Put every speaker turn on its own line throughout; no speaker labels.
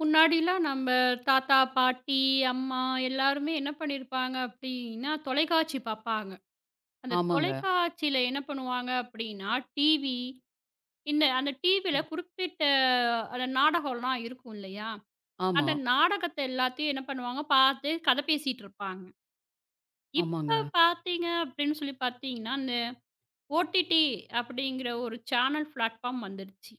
முன்னாடிலாம் நம்ம தாத்தா, பாட்டி, அம்மா எல்லாருமே என்ன பண்ணியிருப்பாங்க அப்படின்னா, தொலைக்காட்சி பார்ப்பாங்க. அந்த
ஆமாங்க.
தொலைக்காட்சியில என்ன பண்ணுவாங்க அப்படின்னா, டிவி இந்த அந்த டிவியில
ம்.
குறிப்பிட்ட அந்த நாடகம்லாம் இருக்கும் இல்லையா?
ஆமா,
அந்த நாடகத்த எல்லாத்தையும் என்ன பண்ணுவாங்க, பார்த்து கதை பேசிட்டு இருப்பாங்க. இப்ப
ஆமாங்க.
பார்த்தீங்க அப்படின்னு சொல்லி பார்த்தீங்கன்னா, அந்த ஓடிடி அப்படிங்கிற ஒரு சேனல் பிளாட்ஃபார்ம் வந்துருச்சு.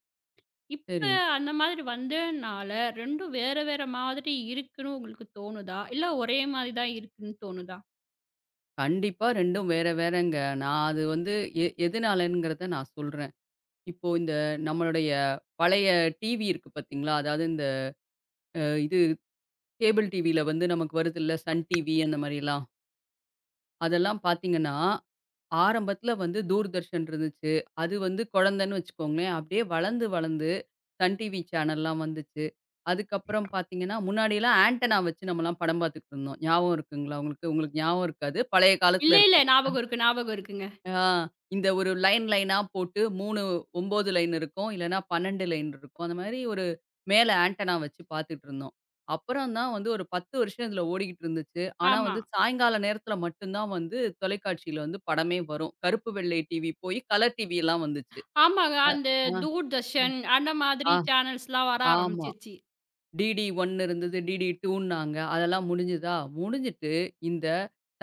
இப்ப
சரி.
அந்த மாதிரி வந்ததுனால 2ம் வேற வேற மாதிரி இருக்குன்னு உங்களுக்கு தோணுதா? இல்ல ஒரே மாதிரி தான் இருக்குன்னு தோணுதா?
கண்டிப்பா 2ம் வேற வேறங்க. நான் அது வந்து எதுனாலங்கிறத நான் சொல்றேன். இப்போ இந்த நம்மளுடைய பழைய டிவி இருக்கு பார்த்தீங்களா? அதாவது இந்த அ இது கேபிள் டிவியில வந்து நமக்கு வருதுல்ல, சன் டிவி அந்த மாரிலாம். அதெல்லாம் பார்த்தீங்கன்னா ஆரம்பத்துல வந்து தூர்தர்ஷன் இருந்துச்சு. அது வந்து குழந்தன்னு வச்சுக்கோங்களேன். அப்படியே வளர்ந்து, வளர்ந்து சன் டிவி சேனல்லாம் வந்துச்சு. அதுக்கப்புறம் பார்த்தீங்கன்னா, முன்னாடிலாம் ஆண்டனா வச்சு நம்மலாம் படம் பார்த்துக்கிட்டு இருந்தோம். ஞாபகம் இருக்குங்களா உங்களுக்கு? உங்களுக்கு ஞாபகம் இருக்காது. பழைய
இல்ல,
காலத்துல
இல்ல.
இருக்கும்.
ஞாபகம் இருக்கு, ஞாபகம் இருக்குங்க.
ஆ. இந்த ஒரு லைனா போட்டு 3 9 லைன் இருக்கும். இல்லன்னா 12 லைன் இருக்கும். அந்த மாரி ஒரு மேல ஆண்டனா வச்சு பார்த்துட்டு இருந்தோம். அப்புறம் தான் வந்து ஒரு 10 வருஷம் இதுல ஓடிக்கிட்டு இருந்துச்சு. ஆனா
ஆமா.
வந்து சாயங்கால நேரத்துல மட்டும் தான் வந்து தொலைக்காட்சியில வந்து படமே வரும். கருப்பு வெள்ளை டிவி போய் கலர் டிவி எல்லாம் வந்துச்சு.
ஆமாங்க. அந்த
ஆ,
தூர்தர்ஷன் அந்த மாதிரி
ஆ,
சேனல்ஸ்லாம் வர
ஆமா.
ஆரம்பிச்சுச்சு.
டிடி 1 இருந்தது. டிடி 2ன்னாங்க. அதெல்லாம் முடிஞ்சுதா? முடிஞ்சுட்டு இந்த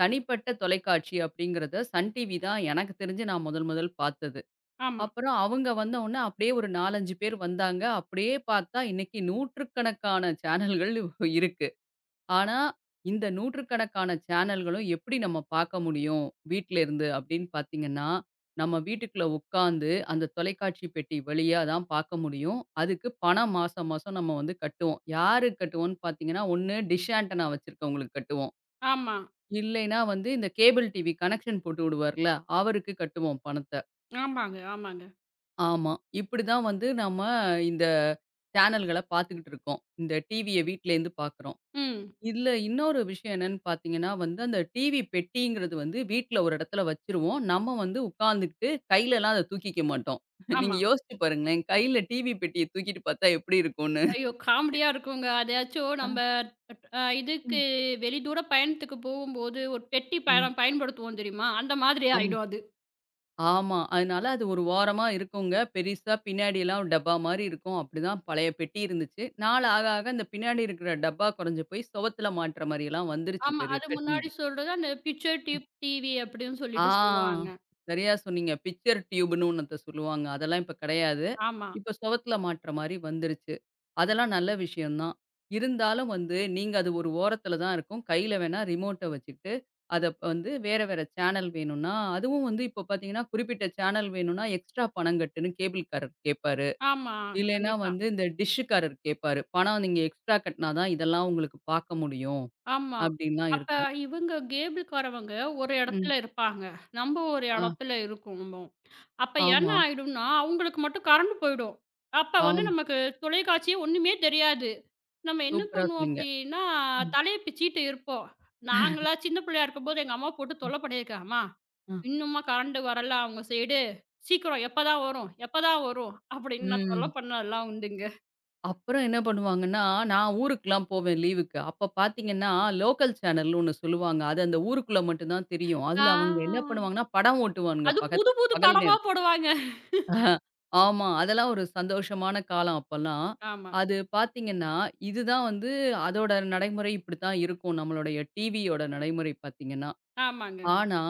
தனிப்பட்ட தொலைக்காட்சி அப்படிங்கிறத சன் டிவி தான் எனக்கு தெரிஞ்சு நான் முதல் முதல் பார்த்தது.
ஆமா,
அப்புறம் அவங்க வந்தவுனே அப்படியே ஒரு 4, 5 பேர் வந்தாங்க. அப்படியே பார்த்தா இன்னைக்கு நூற்றுக்கணக்கான சேனல்கள் இருக்கு. ஆனா, இந்த நூற்றுக்கணக்கான சேனல்களும் எப்படி நம்ம பார்க்க முடியும்? வீட்ல இருந்து அப்படின்னு பார்த்தீங்கன்னா, நம்ம வீட்டுக்குள்ள உட்காந்து அந்த தொலைக்காட்சி பெட்டி வழியா தான் பார்க்க முடியும். அதுக்கு பணம் மாசம் மாசம் நம்ம வந்து கட்டுவோம். யாருக்கு கட்டுவோம்ன்னு பார்த்தீங்கன்னா, ஒண்ணு டிஷ் ஆண்டனா வச்சிருக்கவங்களுக்கு கட்டுவோம்.
ஆமா.
இல்லைன்னா வந்து இந்த கேபிள் டிவி கனெக்ஷன் போட்டு விடுவார்ல, அவருக்கு கட்டுவோம் பணத்த.
ஆமாங்க, ஆமாங்க.
ஆமா. இப்படிதான் வந்து நம்ம இந்த சேனல்கள பார்த்துக்கிட்டு இருக்கோம். இந்த டிவிய வீட்லேருந்து பார்க்குறோம்.
ம்.
இதுல இன்னொரு விஷயம் என்னன்னு பார்த்தீங்கன்னா வந்து, அந்த டிவி பெட்டிங்கிறது வந்து வீட்ல ஒரு இடத்துல வச்சுருவோம். நம்ம வந்து உட்காந்துக்கிட்டு கையிலலாம் அத தூக்கிக்க மாட்டோம். நீங்க
ஆமா.
யோசிச்சு பாருங்களேன். கையில டிவி பெட்டிய தூக்கிட்டு பார்த்தா எப்படி இருக்கும்னு?
ஐயோ! காமெடியா இருக்குங்க. அதையாச்சும் நம்ம
ஆ.
இதுக்கு
ம்.
வெளிதூர பயணத்துக்கு போகும்போது ஒரு பெட்டி
ம்.
பயணம் பயன்படுத்துவோம் தெரியுமா? அந்த மாதிரி
ஆமா.
ஆயிடும் அது.
ஆமா. அதனால அது ஒரு ஓரமா இருக்குங்க. பெருசா பின்னாடிலாம் டப்பா மாரி இருக்கும். அப்படிதான் பழைய பெட்டி இருந்துச்சு. நாள் ஆக ஆக அந்த பின்னாடி இருக்கிற டப்பா குறைஞ்சு போய் சுவத்துல மாட்டுற மாரியெல்லாம் வந்துருச்சு
ஆமா.
இப்ப
அது
இருக்க
முன்னாடி
டிவி.
சொல்றது அந்த பிக்சர் டியூப் டிவி அப்படின்னு சொல்லிட்டு சொல்லுவாங்க.
ஆ. சரியா சொன்னீங்க. பிக்சர் டியூப்ன்னு ஒண்ணத்த சொல்லுவாங்க. அதெல்லாம் இப்ப கிடையாது.
ஆமா,
இப்ப சுவத்துல மாட்ற மாரி வந்துருச்சு. அதெல்லாம் நல்ல விஷயம் தான். இருந்தாலும் வந்து நீங்க அது ஒரு ஓரத்துல தான் இருக்கும். கையில வேணா ரிமோட்ட வச்சுக்கிட்டு, அத வந்து வேற வேற சேனல் வேணும்னா, அதுவும் வந்து இப்போ பார்த்தீங்கன்னா, குறிப்பிட்ட சேனல் வேணும்னா எக்ஸ்ட்ரா பணம் கட்டுன்னு கேபிள்காரர் கேட்பாரு.
ஆமா.
இல்லைன்னா
கண்டிப்பா.
வந்து இந்த டிஷ்ஷுக்காரர் கேட்பாரு. பணம் நீங்க எக்ஸ்ட்ரா கட்டினா தான் இதெல்லாம் உங்களுக்கு பார்க்க முடியும்.
ஆமா.
அப்படின்லாம்
அப்ப
இருக்கும்.
இவங்க கேபிள்காரவங்க ஒரு
ம்.
இடத்துல இருப்பாங்க. நம்ம ஒரு
ஆ.
இடத்துல இருக்கோம். அப்ப என்ன
ஆமா.
ஆயிடும்னா, அவங்களுக்கு மட்டும் கரண்ட் போயிடும். அப்ப வந்து
ஆம்.
நமக்கு தொலைக்காட்சியே ஒண்ணுமே தெரியாது. நம்ம என்ன
சூப்பரா
பண்ணுவோம்
சொன்னீங்க.
அப்படின்னா,
ம்.
தலைய பிச்சுக்கிட்டு இருப்போம். நாங்கலாம் சின்ன பிள்ளையா இருக்கும்போது எங்க அம்மா போட்டு தொல்ல பண்ணியிருக்காங்க. "அம்மா
அ,
இன்னுமா கரண்ட் வரல அவங்க சைடு. "சீக்கிரம் எப்பதான் வரும்? எப்பதான் வரும்?" அப்படின்னு நான் தொல்ல
ம்.
பண்ணதெல்லாம் உண்டுங்க.
அப்புறம் என்ன பண்ணுவாங்கன்னா, நான் ஊருக்குலாம் போவேன் லீவுக்கு. அப்ப பார்த்தீங்கன்னா, லோக்கல் சேனல்னு ஒண்ணு சொல்லுவாங்க. அது அந்த ஊருக்குள்ள மட்டும் தான் தெரியும்.
ஆ.
அதுல அவங்க என்ன பண்ணுவாங்கன்னா, படம் ஓட்டுவானுங்க
அதுவும் புது புது
பகல்
படமா
நேரத்
போடுவாங்க.
ஆமா. அதெல்லாம் ஒரு சந்தோஷமான காலம் அப்பலாம்.
ஆமா,
அது பார்த்தீங்கன்னா, இதுதான் வந்து அதோட நடைமுறை இப்படித்தான் இருக்கும். நம்மளுடைய டிவியோட நடைமுறை பார்த்தீங்கன்னா.
ஆமாங்க.
ஆனா,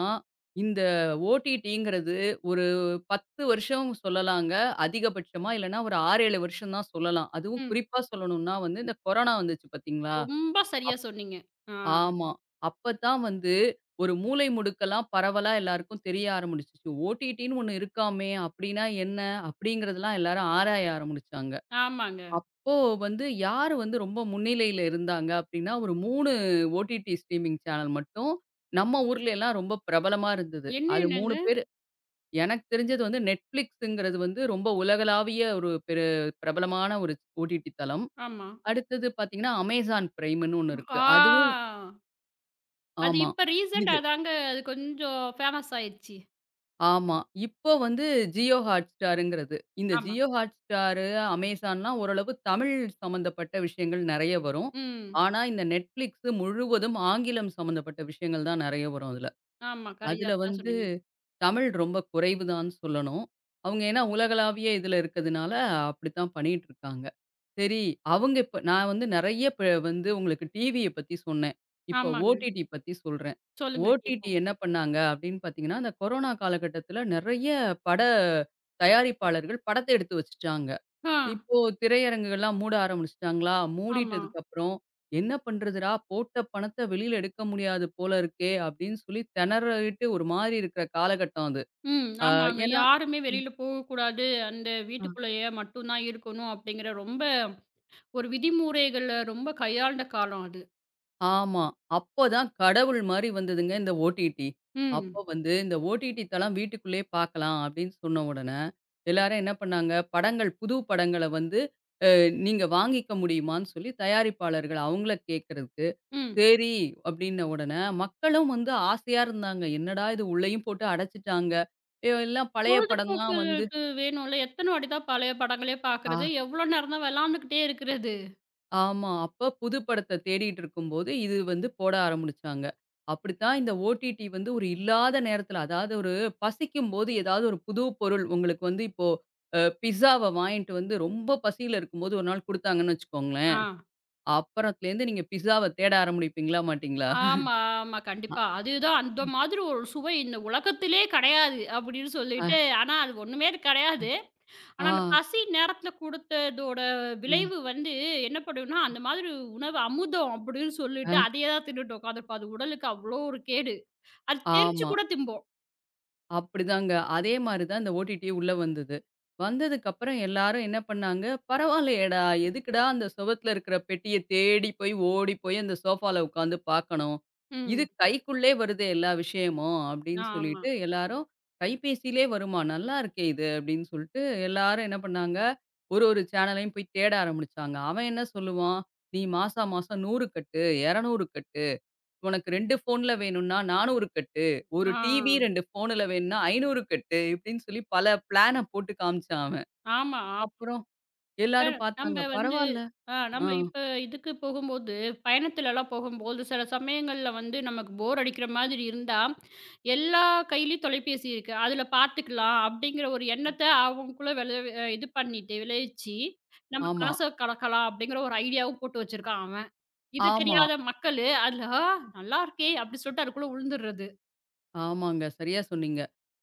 இந்த ஓடிடிங்கிறது ஒரு 10 வருஷம் சொல்லலாங்க. அதிகபட்சமா இல்லன்னா ஒரு 6, 7 வருஷம் தான் சொல்லலாம். அதுவும்
ம்.
குறிப்பா சொல்லணும்னா வந்து இந்த கொரோனா வந்துச்சு பார்த்தீங்களா?
ரொம்ப சரியா சொன்னீங்க. ஆ,
ஆமா. அப்பதான் வந்து ஒரு மூலை முடுக்கெல்லாம் பரவலா எல்லாருக்கும் தெரிய ஆரம்பிச்சுச்சு. ஓடிடின்னு ஒண்ணு இருக்காமே! அப்டின்னா என்ன? அப்டிங்கிறதெல்லாம் எல்லாரும் ஆராய ஆரம்பிச்சாங்க.
ஆமாங்க.
அப்போ வந்து யாரு வந்து ரொம்ப முன்னிலையில இருந்தாங்க அப்டின்னா, ஒரு 3 ஓடிடி ஸ்ட்ரீமிங் சேனல் மட்டும் நம்ம ஊர்ல எல்லாம் ரொம்ப பிரபலமா இருந்தது. அது 3
என்னென்னங்க?
பேரு எனக்கு தெரிஞ்சது வந்து Netflixங்கிறது வந்து ரொம்ப உலகளாவிய ஒரு பெரு பிரபலமான ஒரு ஓடிடி தளம்.
ஆமா.
அடுத்தது பார்த்தீங்கன்னா, Amazon பிரைம்ன்னு ஒண்ணு இருக்கு. அதுவும்
ஆ அது
ஆமா.
இப்ப ரீசென்ட்டா
இது
தாங்க அது கொஞ்சம் ஃபேமஸ் ஆயிருச்சு.
ஆமா. இப்போ வந்து ஜியோ ஹாட்ஸ்டாருங்கிறது. இந்த
ஆமா.
ஜியோ ஹாட்ஸ்டாரு, அமேசான்லாம் ஓரளவு தமிழ் சம்மந்தப்பட்ட விஷயங்கள் நெறைய வரும்.
ம்.
ஆனா, இந்த Netflix முழுவதும் ஆங்கிலம் சம்மந்தப்பட்ட விஷயங்கள் தான் நெறைய வரும் அதுல.
ஆமா.
அதுல
கரெக்ட்டா
வந்து
சொன்னீங்க.
தமிழ் ரொம்ப குறைவுதான்னு சொல்லணும். அவங்க ஏன்னா உலகளாவிய இதுல இருக்கிறதுனால அப்படித்தான் பண்ணிட்டு இருக்காங்க. சரி, அவங்க இப்ப நான் வந்து நெறைய இப்ப வந்து உங்களுக்கு டிவிய பத்தி சொன்னேன். இப்ப
ஆமாங்க.
ஓடிடி பத்தி சொல்றேன்.
சொல்லுங்க
ஓடிடி
கேட்போம்.
என்ன பண்ணாங்க அப்படின்னு பார்த்தீங்கன்னா, அந்த கொரோனா காலகட்டத்தில நெறைய பட தயாரிப்பாளர்கள் படத்த எடுத்து வச்சுட்டாங்க.
ஆ,
இப்போ திரையரங்குகள்லாம் மூட ஆரம்பிச்சுட்டாங்களா?
ஆமா.
மூடிட்டதுக்கப்புறம், "என்ன பண்றதுடா? போட்ட பணத்த வெளியில எடுக்க முடியாது போல இருக்கே!" அப்படின்னு சொல்லி திணறிட்டு ஒரு மாரி இருக்கிற காலகட்டம் அது.
ம்.
அ
ஆமாங்க.
ஏன்னா
யாருமே வெளியில போகக்கூடாது. அந்த
அ
வீட்டுக்குள்ளேயே மட்டும் தான் இருக்கணும் அப்படிங்கிற ரொம்ப ஒரு விதிமுறைகள ரொம்ப கையாண்ட காலம் அது.
ஆமா. அப்ப தான் கடவுள் மாரி வந்ததுங்க இந்த ஓடிடி. அப்போ
ம்.
வந்து இந்த ஓடிடி தளம் வீட்டுக்குள்ளேயே பார்க்கலாம் அப்படின்னு சொன்ன உடனே, எல்லாரும் என்ன பண்ணாங்க, படங்கள் புது படங்கள வந்து அ நீங்க வாங்கிக்க முடியுமான்னு சொல்லி தயாரிப்பாளர்கள் அவங்கள கேட்கறதுக்கு
ம்.
சரி அப்படின்ன உடனே, மக்களும் வந்து ஆசையா இருந்தாங்க. என்னடா இது உள்ளயும் போட்டு அடைச்சுட்டாங்க. எல்லாம் பழைய படம் தான் வந்து
பொழுதுபோக்குகளுக்கு வேணும்ல. எத்தன வாட்டி தான் பழைய படங்களே
ஆ
பார்க்கறது? எவ்வளோ நேரம் தான் விளாண்டுக்கிட்டே இருக்கிறது?
ஆமா. அப்ப புது படத்த தேடிட்டு இருக்கும்போது, இது வந்து போட ஆரம்பிச்சாங்க. அப்படித்தான் இந்த ஓடிடி வந்து ஒரு இல்லாத நேரத்துல, அதாவது ஒரு பசிக்கும்போது ஏதாவது ஒரு புது பொருள் உங்களுக்கு வந்து இப்போ பிஸாவ வாங்கிட்டு வந்து ரொம்ப பசியில இருக்கும்போது ஒரு நாள் குடுத்தாங்கன்னு வச்சுக்கோங்களேன்.
ஆ.
அப்புறத்துலேருந்து நீங்க பிஸாவ தேட ஆரம்பிப்பீங்களா மாட்டீங்களா?
ஆமா, ஆமா.
அ,
கண்டிப்பா. அதுதான் அந்த மாதிரி ஒரு சுவை இந்த உலகத்திலே கிடையாது அப்படின்னு
அ,
சொல்லிட்டு ஆனா அது ஒண்ணுமே கிடையாது. ஆனா,
ஆ,
அந்த பசி நேரத்துல குடுத்ததோட
அ,
விளைவு வந்து என்ன பண்ணும்னா, அந்த மாதிரி உணவு அமுதம் அப்படின்னு சொல்லிட்டு
அ,
அதையே தான் தின்னுட்டு உட்காந்துருப்போம். அது உடலுக்கு அவ்வளோ ஒரு கேடு. அது தெரிச்சு
ஆமா.
கூட திம்போம்.
அப்படிதாங்க. அதே மாரி தான் இந்த ஓடிடி உள்ள வந்தது. வந்ததுக்கப்புறம் எல்லாரும் என்ன பண்ணாங்க, "பரவாயில்லையேடா! எதுக்குடா அந்த சுவத்துல இருக்கிற பெட்டிய தேடி போய் ஓடி போய் அந்த சோஃபால உட்காந்து பார்க்கணும். இது
ம்.
கைக்குள்ளே வருதே எல்லா விஷயமும்" அப்படின்னு
ஆமா.
சொல்லிட்டு எல்லாரும், "கைபேசியிலே வருமா? நல்லா இருக்கே இது" அப்படின்னு சொல்லிட்டு எல்லாரும் என்ன பண்ணாங்க, ஒரு ஒரு சேனலையும் போய் தேட ஆரம்பிச்சாங்க. அவன் என்ன சொல்லுவான், "நீ மாசா மாசம் 100 கட்டு, 200 கட்டு" உனக்கு 2 ஃபோன்ல வேணும்னா 400 கட்டு. ஒரு
ஆ.
டிவி 2 ஃபோன்ல வேணும்னா 500 கட்டு. இப்டின்னு சொல்லி பல பிளான போட்டு காமிச்சான் அவன்.
ஆமா.
அப்புறம்
இப்ப
எல்லாரும்
நம்ம
பார்த்தாங்க.
வந்து
பரவால்ல. ஆ.
நம்ம இப்ப இதுக்கு போகும்போது, பயணத்துலலாம் போகும்போது, சில சமயங்கள்ல வந்து நமக்கு போர் அடிக்கிற மாதிரி இருந்தா, எல்லா கையிலயும் தொலைபேசி இருக்கு. அதுல பார்த்துக்கலாம் அப்படிங்கிற ஒரு எண்ணத்த அவங்களுக்குள்ள விளைவி அ இது பண்ணிட்டு விளைவிச்சு, நம்ம
ஆமா,
காச கலக்கலாம் அப்படிங்கிற ஒரு ஐடியாவும் போட்டு வச்சிருக்கான் அவன். இது
ஆமா,
தெரியாத மக்களு, அதுல "ஆ நல்லாருக்கே!" அப்படி சொல்லிட்டு அதுக்குள்ள உழுந்துர்றது.
ஆமாங்க. சரியா சொன்னீங்க.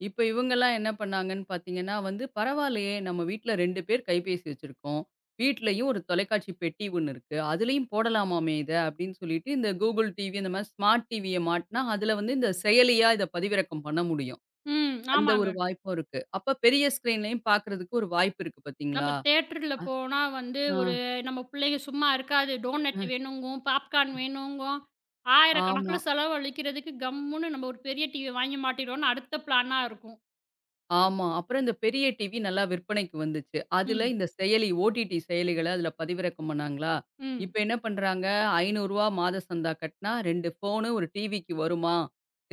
இப்ப இவங்கலாம் என்ன பண்ணாங்கன்னு பார்த்தீங்கன்னா வந்து, பரவாயில்லயே! நம்ம வீட்ல 2 பேர் கைபேசி வச்சிருக்கோம். வீட்லயும் ஒரு தொலைக்காட்சி பெட்டி ஒண்ணு இருக்கு. அதுலயும் போடலாமாமே இத அப்டின்னு சொல்லிட்டு இந்த Google டிவி அந்த மாரி ஸ்மார்ட் டிவிய மாட்னா, அதுல வந்து இந்த செயலியா இத பதிவிறக்கம் பண்ண முடியும்.
ம்.
அந்த
ஆமாங்க.
ஒரு வாய்ப்பும் இருக்கு. அப்ப பெரிய ஸ்க்ரீன்லயும் பார்க்கறதுக்கு ஒரு வாய்ப்பு இருக்கு
நம்ம
பார்த்தீங்களா?
தியேட்டர்ல
அ,
போனா வந்து
ஆ,
ஒரு நம்ம பிள்ளைங்க சும்மா இருக்காது.
அ,
டோனட் வேணுங்கும், பாப்கார்ன் வேணுங்கும்.
ஆமா,
ஆயிரக்கணக்குல செலவழிக்கிறதுக்கு கம்முன்னு நம்ம ஒரு பெரிய டிவி வாங்கி மாட்டிடுவோம்னு அடுத்த பிளானா இருக்கும்.
ஆமா. அப்புறம் இந்த பெரிய டிவி நல்லா விற்பனைக்கு வந்துச்சு. அதுல
ம்,
இந்த செயலி ஓடிடி செயலிகள அதுல பதிவிறக்கம் பண்ணாங்களா?
ம்,
இப்ப என்ன பண்றாங்க, ரூ. 500 மாத சந்தா கட்னா 2 ஃபோனு, ஒரு டிவிக்கு வருமா?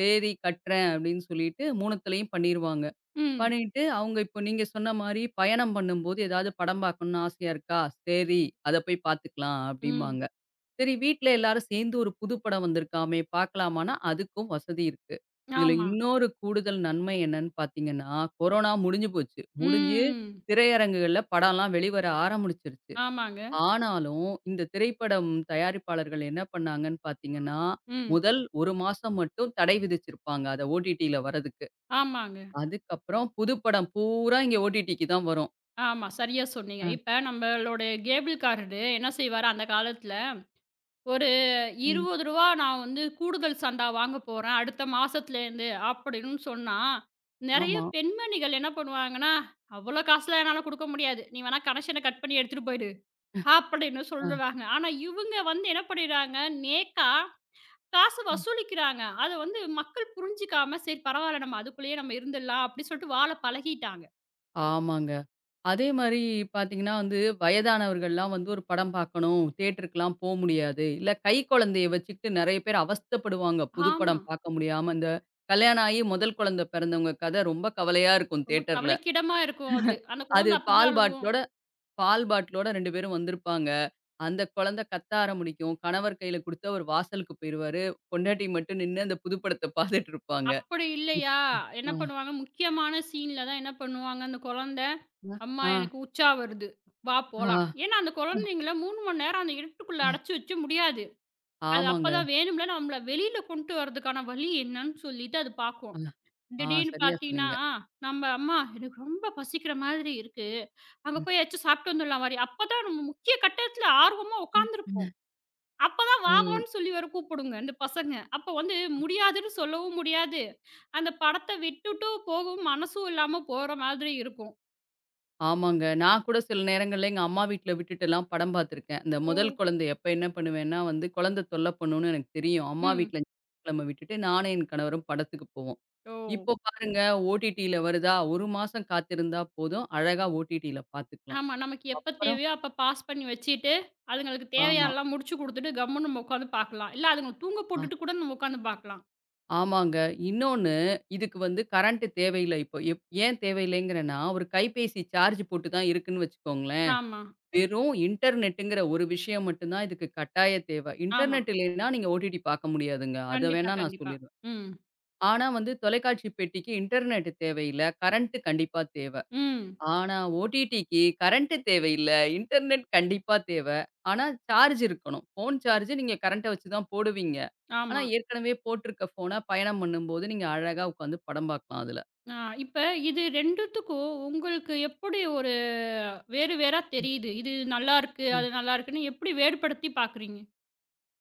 சரி கட்டுறேன் அப்படின்னு சொல்லிட்டு 3த்துலயும் பண்ணிருவாங்க.
ம்,
பண்ணிட்டு அவங்க இப்போ நீங்க சொன்ன மாரி பயணம் பண்ணும்போது ஏதாவது படம் பார்க்கணும்னு ஆசையா இருக்கா? சரி, அத போய் பார்த்துக்கலாம்
ம்.
அப்படிம்பாங்க. சரி வீட்ல எல்லாரும் சேர்ந்து ஒரு புது படம் வந்திருக்காமே பார்க்கலாமான்னா, அதுக்கும் வசதி இருக்கு. இதுல
ஆமா.
இன்னொரு கூடுதல் நன்மை என்னன்னு பார்த்தீங்கன்னா, கொரோனா முடிஞ்சு போச்சு. முடிஞ்சு
ம்.
திரையரங்குகள்ல படம்லாம் வெளிவர ஆரம்பிச்சிருச்சு.
ஆமாங்க.
ஆனாலும் இந்த திரைப்படம் தயாரிப்பாளர்கள் என்ன பண்ணாங்கன்னு பார்த்தீங்கன்னா,
ம்.
முதல் 1 மாசம் மட்டும் தடை விதிச்சிருப்பாங்க. அத ஓடிடில வரதுக்கு.
ஆமாங்க.
அதுக்கப்புறம் புது படம் பூரா இங்க ஓடிடிக்கு தான் வரும்.
ஆமா. சரியா சொன்னீங்க.
அ.
இப்ப நம்மளோட கேபிள் கார்டு என்ன செய்வாரு அந்த காலத்துல ஒரு ரூ.
ம்.
20 நான் வந்து கூடுதல் சந்தா வாங்க போறேன் அடுத்த மாசத்துலேருந்து அப்படின்னு சொன்னா, நெறைய
ஆமா.
பெண்மணிகள் என்ன பண்ணுவாங்கன்னா, "அவ்வளோ காசுலாம் என்னால குடுக்க முடியாது. நீ வேணா கனெக்ஷன கட் பண்ணி எடுத்துட்டு போயிடு" அப்படின்னு
அ.
சொல்லுவாங்க. ஆனா இவுங்க வந்து என்ன பண்ணிடுறாங்க, நேக்கா காசு வசூலிக்கிறாங்க. அத வந்து மக்கள் புரிஞ்சுக்காம, "சரி பரவால்ல நம்ம அதுக்குள்ளேயே நம்ம இருந்துடலாம்" அப்படி சொல்லிட்டு வாழ பழகிட்டாங்க.
ஆமாங்க. அதே மாரி பார்த்தீங்கன்னா வந்து, வயதானவர்கள்லாம் வந்து ஒரு படம் பார்க்கணும், தியேட்டருக்குலாம் போ முடியாது. இல்ல கை குழந்தைய வச்சுக்கிட்டு நெறைய பேர் அவஸ்தைப்படுவாங்க. புது
ஆமா.
படம் பார்க்க முடியாம. இந்த கல்யாணம் ஆகி முதல் குழந்த பிறந்தவங்க கதை ரொம்ப கவலையா இருக்கும்
ரொம்ப
தியேட்டர்ல.
கவலைக்கிடமா இருக்கும் அது. அந்த
அது
குழந்தை அப்படிதான்
பால்
அழுகும்.
பாட்டிலோட பால் பாட்டிலோட 2 பேரும் வந்திருப்பாங்க. அந்த குழந்தை கத்த ஆரம்பிக்கும். கணவர் கையில குடுத்து அவர் வாசலுக்கு போயிருவாரு. பொண்டாட்டி மட்டும் நின்னு அந்த புது படத்த பார்த்துட்டு இருப்பாங்க.
அப்படி
இப்
இல்லையா, என்ன
ஆ,
பண்ணுவாங்க, முக்கியமான சீன்ல தான் என்ன பண்ணுவாங்க, அந்த குழந்தை, "அம்மா
ஆ,
எனக்கு உச்சா வருது, வா
ஆ,
போலாம்." ஏன்னா அந்த குழந்தைங்கள 3 மணி நேரம் அந்த இருட்டுக்குள்ள
ஆ,
அடைச்சு வைக்க முடியாது. அது
ஆமாங்க.
அப்பதான் வேணும்ல நம்மள வெளியில கொண்டு வரதுக்கான வழி என்னன்னு சொல்லிட்டு அது பார்க்கும்.
ஆ, ஆ
திடீர்னு
சரியா
பார்த்தீங்கன்னா,
சொன்னீங்க.
நம்ம "அம்மா எனக்கு ரொம்ப பசிக்கிற மாதிரி இருக்கு. அங்க
ம்.
போய் ஏதாச்சும் சாப்பிட்டு வந்துடலாம் வாரி." அப்பதான் நம்ம முக்கிய கட்டத்துல ஆர்வமா உட்கார்ந்திருப்போம்.
ம்,
அப்பதான் "வா
ம்.
வான்னு" சொல்லி வேற கூப்பிடுங்க இந்த பசங்க. அப்ப வந்து முடியாதுன்னு சொல்லவும் முடியாது. அந்த படத்த விட்டுட்டு போகவும் மனசும் இல்லாம போற மாதிரி இருக்கும்.
ஆமாங்க. நான் கூட சில நேரங்கள்ல எங்க அம்மா வீட்ல விட்டுட்டுலாம் படம் பார்த்துருக்கேன். இந்த
ஓ!
முதல் குழந்தை எப்ப என்ன பண்ணுவேன்னா வந்து, குழந்தை தொல்ல பண்ணுன்னு எனக்கு தெரியும். அம்மா
ம்.
வீட்ல ஞாயிற்றுக்கிழம விட்டுட்டு நானும் என் கணவரும் படத்துக்கு போவோம்.
ஓ!
இப்போ பாருங்க ஓடிடில வருதா, 1 மாசம் காத்திருந்தா போதும். அழகா ஓடிடில பார்த்துக்கலாம்.
ஆமா. நமக்கு எப்ப
அப்புறம்
தேவையோ அப்ப பாஸ் பண்ணி வச்சுட்டு, அதுங்களுக்கு
ஆமா.
தேவையானலாம் முடிச்சு குடுத்துட்டு கம்முன்னு நம்ம உட்காந்து பார்க்கலாம். இல்ல அதுங்கள தூங்க
அ
போட்டுட்டு கூட நம்ம உட்காந்து பார்க்கலாம்.
ஆமாங்க. இன்னொன்னு இதுக்கு வந்து கரண்ட் தேவையில்ல இப்போ. ஏன் தேவையில்லைங்கிறேன்னா, ஒரு கைபேசி சார்ஜ் போட்டு தான் இருக்குன்னு வச்சுக்கோங்களேன்.
ஆமா,
வெறும் இன்டர்நெட்டுங்கிற ஒரு விஷயம் மட்டும் தான் இதுக்கு கட்டாய தேவை.
ஆமா.
இன்டர்நெட் இல்லைன்னா நீங்க ஓடிடி பார்க்க முடியாதுங்க. அத
கண்டிப்பா,
வேணா நான்
கண்டிப்பா.
சொல்லிருவேன்.
ம்,
ஆனா வந்து தொலைக்காட்சி பெட்டிக்கு இன்டர்நெட் தேவையில்ல. கரண்ட் கண்டிப்பா தேவை.
ம்.
ஆனா ஓடிடிக்கு கரண்ட் தேவையில்ல. இன்டர்நெட் கண்டிப்பா தேவை. ஆனா சார்ஜ் இருக்கணும். ஃபோன் சார்ஜ் நீங்க கரண்ட்ட வச்சு தான் போடுவீங்க. ஆனா
ஆமா.
ஏற்கனவே போட்டிருக்க ஃபோன பயணம் பண்ணும்போது நீங்க அழகா உட்காந்து படம் பார்க்கலாம் அதுல.
ஆ இப்ப இது 2த்துக்கும் உங்களுக்கு எப்படி ஒரு வேறு வேறா தெரியுது? இது நல்லாருக்கு, அது நல்லாருக்குன்னு எப்படி வேறுபடுத்தி பார்க்குறீங்க?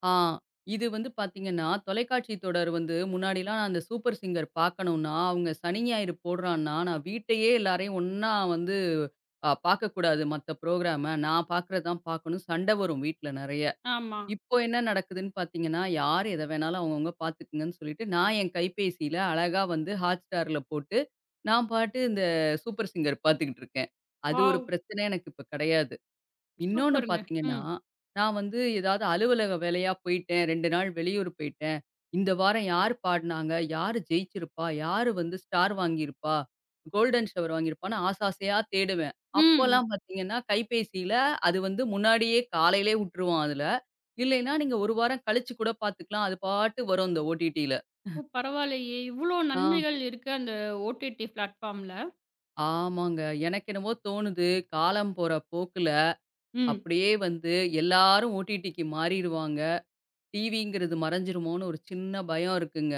ஆ இது வந்து பார்த்தீங்கன்னா, தொலைக்காட்சி தொடர் வந்து முன்னாடிலாம் நான் அந்த சூப்பர் சிங்கர் பார்க்கணும்னா, அவங்க சனி, ஞாயிறு போடுறான்னா, நான் வீட்லயே எல்லாரையும் ஒண்ணா வந்து பார்க்கக்கூடாது மத்த புரோகிராம. நான் பார்க்குறது தான் பார்க்கணும். சண்டை வரும் வீட்ல நெறைய.
ஆமா.
இப்போ என்ன நடக்குதுன்னு பார்த்தீங்கன்னா, யார் எத வேணாலும் அவங்கவங்க பார்த்துக்குங்கன்னு சொல்லிட்டு, நான் என் கைபேசியில அழகா வந்து Hotstarல போட்டு, நான் பாட்டு இந்த சூப்பர் சிங்கர் பார்த்துக்கிட்டு இருக்கேன். அது ஒரு
வாவ்!
பிரச்சனை எனக்கு இப்ப கிடையாது. இன்னொன்னு
சூப்பருங்க.
பார்த்தீங்கன்னா,
ம்,
நான் வந்து ஏதாவது அலுவலக வேலையா போயிட்டேன். 2 நாள் வெளியூர் போயிட்டேன். இந்த வாரம் யார் பாடுனாங்க? யாரு ஜெயிச்சிருப்பா? யாரு வந்து ஸ்டார் வாங்கியிருப்பா? கோல்டன் ஷவர் வாங்கியிருப்பான்னு ஆசை ஆசையா தேடுவேன்.
ம்.
அப்போலாம் பார்த்தீங்கன்னா, கைபேசியில அது வந்து முன்னாடியே காலையிலேயே உட்டுருவான் அதுல. இல்லைன்னா நீங்க 1 வாரம் கழிச்சு கூட பார்த்துக்கலாம். அது பாட்டு வரும் இந்த ஓடிடில.
ஓ! பரவாயில்லையே! இவ்ளோ
ஆ,
நன்மைகள் இருக்கு அந்த ஓடிடி பிளாட்ஃபார்ம்ல.
ஆமாங்க. எனக்கு என்னவோ தோணுது, காலம் போற போக்குல
ம்.
அப்படியே வந்து எல்லாரும் ஓடிடிக்கு மாறிருவாங்க. டிவிங்கிறது மறைஞ்சிருமோன்னு ஒரு சின்ன பயம் இருக்குங்க.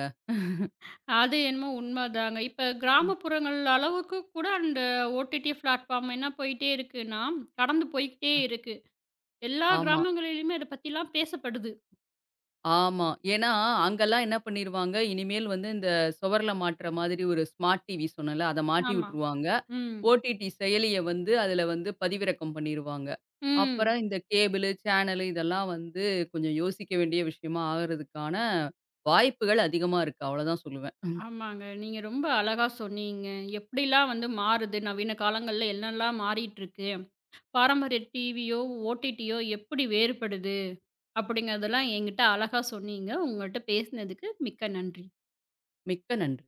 அது என்னமோ உண்மதாங்க. இப்ப
ம்.
கிராமப்புறங்கள் அளவுக்கு கூட அந்த ஓடிடி பிளாட்ஃபார்ம் என்ன போயிட்டே இருக்குன்னா, கடந்து போய்க்கிட்டே இருக்கு. எல்லா
ஆமா,
கிராமங்களிலுமே அத பத்திலாம் பேசப்படுது.
ஆமா. ஏன்னா, அங்கலாம் என்ன பண்ணிருவாங்க, இனிமேல் வந்து இந்த சுவர்ல மாட்ற மாதிரி ஒரு ஸ்மார்ட் டிவி சொன்னேன்ல, அத மாட்டி
ஆமா.
விட்டுருவாங்க.
ம்.
ஓடிடி செயலிய வந்து அதுல வந்து பதிவிறக்கம் பண்ணிருவாங்க.
ம்.
அப்புறம் இந்த கேபிளு, சேனலு இதெல்லாம் வந்து கொஞ்சம் யோசிக்க வேண்டிய விஷயமா ஆகுறதுக்கான வாய்ப்புகள் அதிகமா இருக்கு. அவ்வளோதான் சொல்லுவேன்.
ஆமாங்க. நீங்க ரொம்ப அழகா சொன்னீங்க. எப்படிலாம் வந்து மாறுது, நவீன காலங்கள்ல என்னலாம் மாறிட்டு இருக்கு. பாரம்பரிய டிவியோ, ஓடிடியோ எப்படி வேறுபடுது? அப்படிங்கிறதெல்லாம் என்கிட்ட அழகா சொன்னீங்க. உங்கள்ட்ட பேசினதுக்கு மிக்க நன்றி.
மிக்க நன்றி.